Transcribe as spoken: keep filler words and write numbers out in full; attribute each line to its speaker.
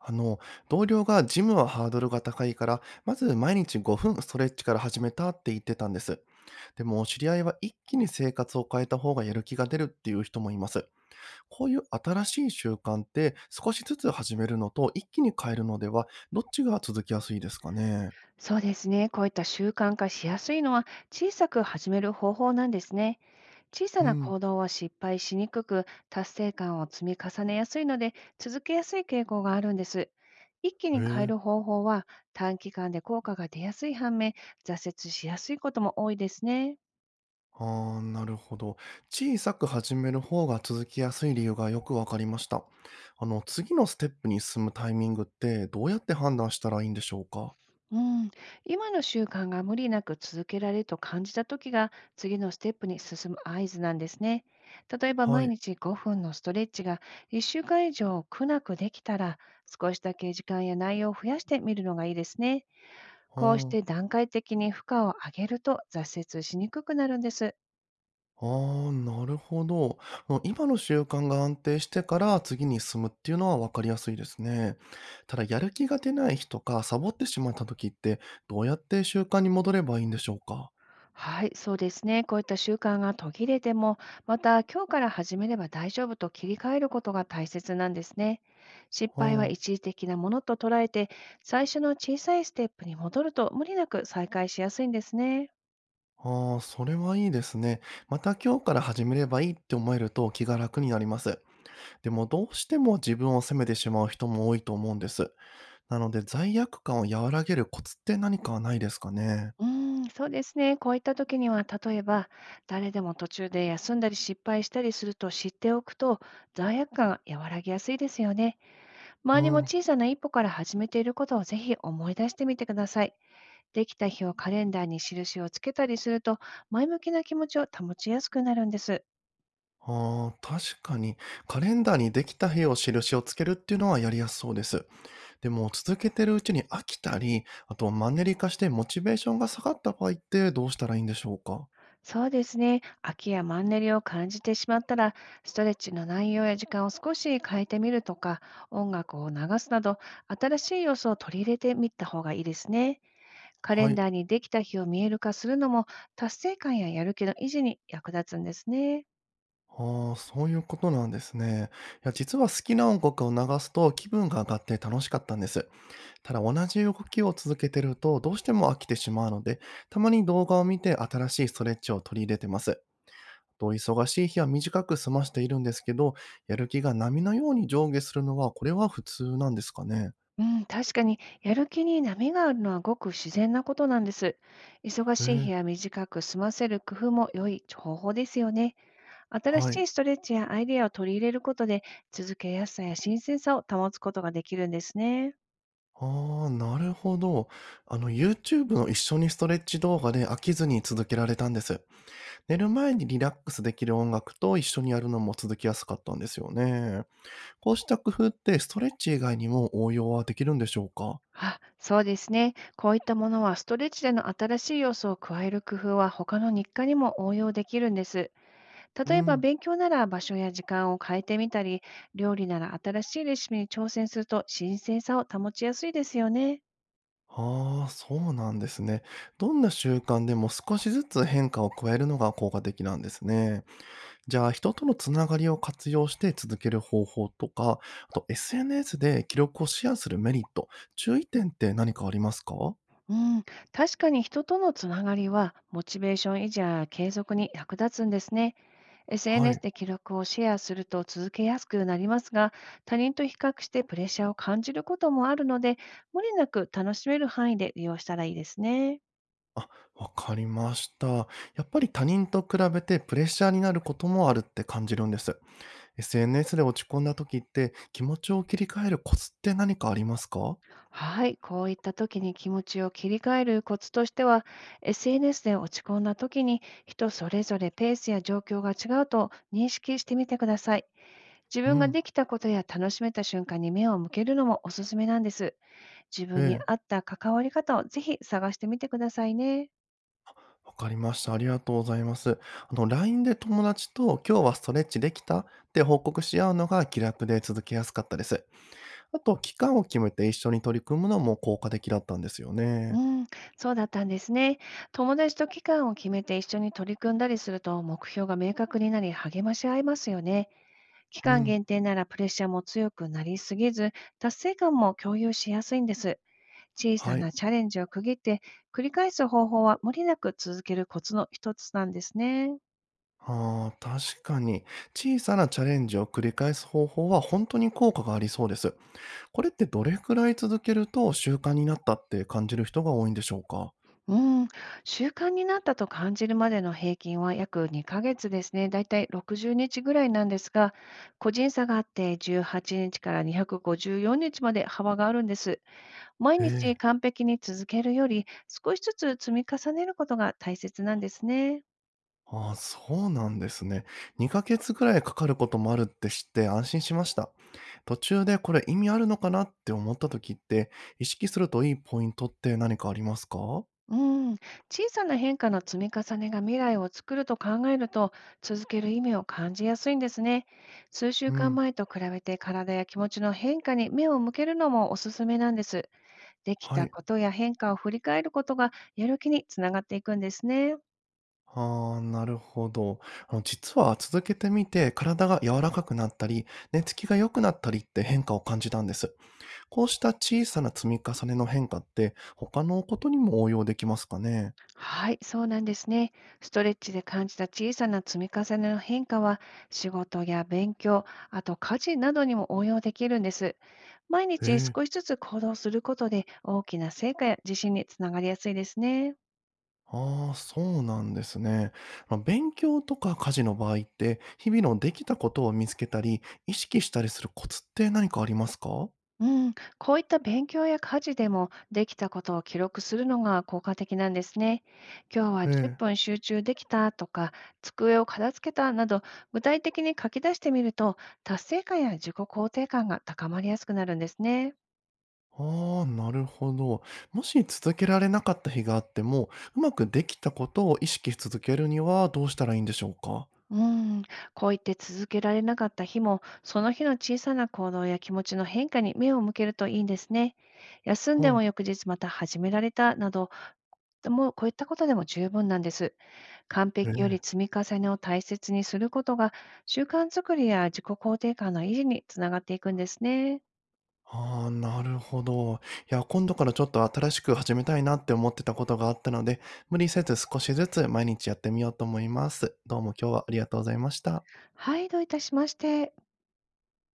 Speaker 1: あの、同僚がジムはハードルが高いから、まず毎日ごふんストレッチから始めたって言ってたんです。でも、知り合いは一気に生活を変えた方がやる気が出るっていう人もいます。こういう新しい習慣って少しずつ始めるのと一気に変えるのでは、どっちが続きやすいですかね？
Speaker 2: そうですね。こういった習慣化しやすいのは、小さく始める方法なんですね。小さ
Speaker 1: う
Speaker 2: な
Speaker 1: ん。
Speaker 2: 行動は失敗しにくく、達成感を積み重ねやすいので、続けやすい傾向があるんです。一気
Speaker 1: へ
Speaker 2: に変え
Speaker 1: え。
Speaker 2: る方法は、短期間で効果が出やすい反面、挫折しやすいことも多いですね。
Speaker 1: ああ、なるほど。小さく始める方が続きやすい理由がよくわかりました。あの、次のステップに進むタイミングってどうやって判断したらいいんでしょうか？
Speaker 2: うん、今の習慣が無理なく続けられると感じたときが、次のステップに進む合図なんですね。例えば、
Speaker 1: は
Speaker 2: 毎
Speaker 1: い。
Speaker 2: 日ごふんのストレッチがいっしゅうかん以上苦なくできたら、少しだけ時間や内容を増やしてみるのがいいですね。こうし
Speaker 1: は
Speaker 2: て段階的に負荷を上げると、挫折しにくくなるんです。
Speaker 1: あ、ああ、なるほど。うん、今の習慣が安定してから次に進むっていうのは分かりやすいですね。ただ、やる気が出ない日とか、サボってしまった時って、どうやって習慣に戻ればいいんでしょうか？
Speaker 2: はい、そうですね。こういった習慣が途切れても、また今日から始めれば大丈夫と切り替えることが大切なんですね。失敗は
Speaker 1: は
Speaker 2: 一時的なものと捉えて、最初の小さいステップに戻ると、無理なく再開しやすいんですね。
Speaker 1: あ、ああ、それはいいですね。また今日から始めればいいって思えると気が楽になります。でもどうしても自分を責めてしまう人も多いと思うんです。なので罪悪感を和らげるコツって何かないですかね？
Speaker 2: うーん、そうですね。こういった時には、例えば、誰でも途中で休んだり失敗したりすると知っておくと、罪悪感が和らぎやすいですよね。
Speaker 1: う
Speaker 2: 周りも
Speaker 1: ん。
Speaker 2: 小さな一歩から始めていることを、ぜひ思い出してみてください。できた日をカレンダーに印をつけたりすると、前向きな気持ちを保ちやすくなるんです。
Speaker 1: ああ、確かに。カレンダーにできた日を印をつけるっていうのはやりやすそうです。でも続けてるうちに飽きたり、あとマンネリ化してモチベーションが下がった場合ってどうしたらいいんでしょうか？
Speaker 2: そうですね。飽きやマンネリを感じてしまったら、ストレッチの内容や時間を少し変えてみるとか、音楽を流すなど、新しい要素を取り入れてみた方がいいですね。カレ
Speaker 1: は
Speaker 2: ン
Speaker 1: い。
Speaker 2: ダーにできた日を見える化するのも、達成感ややる気の維持に役立つんですね。
Speaker 1: ああ、そういうことなんですね。いや、実は好きな音楽を流すと気分が上がって楽しかったんです。ただ同じ動きを続けてるとどうしても飽きてしまうので、たまに動画を見て新しいストレッチを取り入れてます。と、忙しい日は短く済ましているんですけど、やる気が波のように上下するのは、これは普通なんですかね？
Speaker 2: うん、確かに、やる気に波があるのはごく自然なことなんです。忙
Speaker 1: へ
Speaker 2: しい
Speaker 1: え、
Speaker 2: 日は短く済ませる工夫も良い方法ですよね。新
Speaker 1: は
Speaker 2: し
Speaker 1: い。
Speaker 2: いストレッチやアイデアを取り入れることで、続けやすさや新鮮さを保つことができるんですね。
Speaker 1: ああ、なるほど。あの、YouTube の一緒にストレッチ動画で飽きずに続けられたんです。寝る前にリラックスできる音楽と一緒にやるのも続きやすかったんですよね。こうした工夫って、ストレッチ以外にも応用はできるんでしょうか？
Speaker 2: あ、そうですね。こういったものは、ストレッチでの新しい要素を加える工夫は、他の日課にも応用できるんです。
Speaker 1: う
Speaker 2: 例えば、
Speaker 1: ん。
Speaker 2: 勉強なら場所や時間を変えてみたり、料理なら新しいレシピに挑戦すると、新鮮さを保ちやすいですよね。
Speaker 1: ああ、そうなんですね。どんな習慣でも少しずつ変化を加えるのが効果的なんですね。じゃあ、人とのつながりを活用して続ける方法とか、あと エスエヌエス で記録をシェアするメリット、注意点って何かありますか？
Speaker 2: うん、確かに、人とのつながりは、モチベーション維持や継続に役立つんですね。
Speaker 1: は
Speaker 2: エスエヌエス
Speaker 1: い。
Speaker 2: で記録をシェアすると続けやすくなりますが、他人と比較してプレッシャーを感じることもあるので、無理なく楽しめる範囲で利用したらいいですね。
Speaker 1: あ、わかりました。やっぱり他人と比べてプレッシャーになることもあるって感じるんです。エスエヌエス で落ち込んだ時って気持ちを切り替えるコツって何かありますか？
Speaker 2: はい、こういった時に気持ちを切り替えるコツとしては、エスエヌエス で落ち込んだ時に、人それぞれペースや状況が違うと認識してみてください。自
Speaker 1: う
Speaker 2: 分が
Speaker 1: ん。
Speaker 2: できたことや楽しめた瞬間に目を向けるのもおすすめなんです。自
Speaker 1: え
Speaker 2: 分に
Speaker 1: え。
Speaker 2: 合った関わり方を、ぜひ探してみてくださいね。
Speaker 1: わかりました。ありがとうございます。あの、ライン で友達と今日はストレッチできたって報告し合うのが気楽で続けやすかったです。あと、期間を決めて一緒に取り組むのも効果的だったんですよ
Speaker 2: う
Speaker 1: ね。
Speaker 2: ん、そうだったんですね。友達と期間を決めて一緒に取り組んだりすると、目標が明確になり、励まし合いますよね。期
Speaker 1: う
Speaker 2: 間
Speaker 1: ん。
Speaker 2: 限定ならプレッシャーも強くなりすぎず、達成感も共有しやすいんです。小さ
Speaker 1: はい。
Speaker 2: なチャレンジを区切って繰り返す方法は、無理なく続けるコツの一つなんですね。
Speaker 1: ああ、確かに。小さなチャレンジを繰り返す方法は本当に効果がありそうです。これってどれくらい続けると習慣になったって感じる人が多いんでしょうか？
Speaker 2: うーん、習慣になったと感じるまでの平均は約にかげつですね。だいたいろくじゅうにちぐらいなんですが、個人差があって、じゅうはちにちからにひゃくごじゅうよんにちまで幅があるんです。毎
Speaker 1: え
Speaker 2: 日
Speaker 1: え。
Speaker 2: 完璧に続けるより、少しずつ積み重ねることが大切なんですね。
Speaker 1: ああ、そうなんですね。にかげつぐらいかかることもあるって知って安心しました。途中でこれ意味あるのかなって思った時って、意識するといいポイントって何かありますか？
Speaker 2: うん、小さな変化の積み重ねが未来を作ると考えると、続ける意味を感じやすいんですね。数週
Speaker 1: う
Speaker 2: 間
Speaker 1: ん。
Speaker 2: 前と比べて体や気持ちの変化に目を向けるのもおすすめなんです。でき
Speaker 1: は
Speaker 2: た
Speaker 1: い。
Speaker 2: ことや変化を振り返ることが、やる気につながっていくんですね。
Speaker 1: ああ、なるほど。あの、実は続けてみて体が柔らかくなったり、寝つきが良くなったりって変化を感じたんです。こうした小さな積み重ねの変化って他のことにも応用できますかね？
Speaker 2: はい、そうなんですね。ストレッチで感じた小さな積み重ねの変化は、仕事や勉強、あと家事などにも応用できるんです。毎
Speaker 1: へ
Speaker 2: 日
Speaker 1: え。
Speaker 2: 少しずつ行動することで、大きな成果や自信につながりやすいですね。
Speaker 1: ああ、そうなんですね。まあ、勉強とか家事の場合って、日々のできたことを見つけたり、意識したりするコツって何かありますか？
Speaker 2: うん、こういった勉強や家事でもできたことを記録するのが効果的なんですね。今日は
Speaker 1: え
Speaker 2: 10
Speaker 1: え。
Speaker 2: 分集中できたとか、机を片付けたなど、具体的に書き出してみると、達成感や自己肯定感が高まりやすくなるんですね。
Speaker 1: ああ、なるほど。もし続けられなかった日があっても、うまくできたことを意識し続けるにはどうしたらいいんでしょうか？
Speaker 2: うん、こう言って続けられなかった日も、その日の小さな行動や気持ちの変化に目を向けるといいんですね。休んで
Speaker 1: は
Speaker 2: も
Speaker 1: あ、
Speaker 2: 翌日また始められたなど、でもこういったことでも十分なんです。完
Speaker 1: え
Speaker 2: 璧より
Speaker 1: え。
Speaker 2: 積み重ねを大切にすることが、習慣作りや自己肯定感の維持につながっていくんですね。
Speaker 1: ああ、なるほど。いや、今度からちょっと新しく始めたいなって思ってたことがあったので、無理せず少しずつ毎日やってみようと思います。どうも今日はありがとうございました。
Speaker 2: はい、どういたしまして。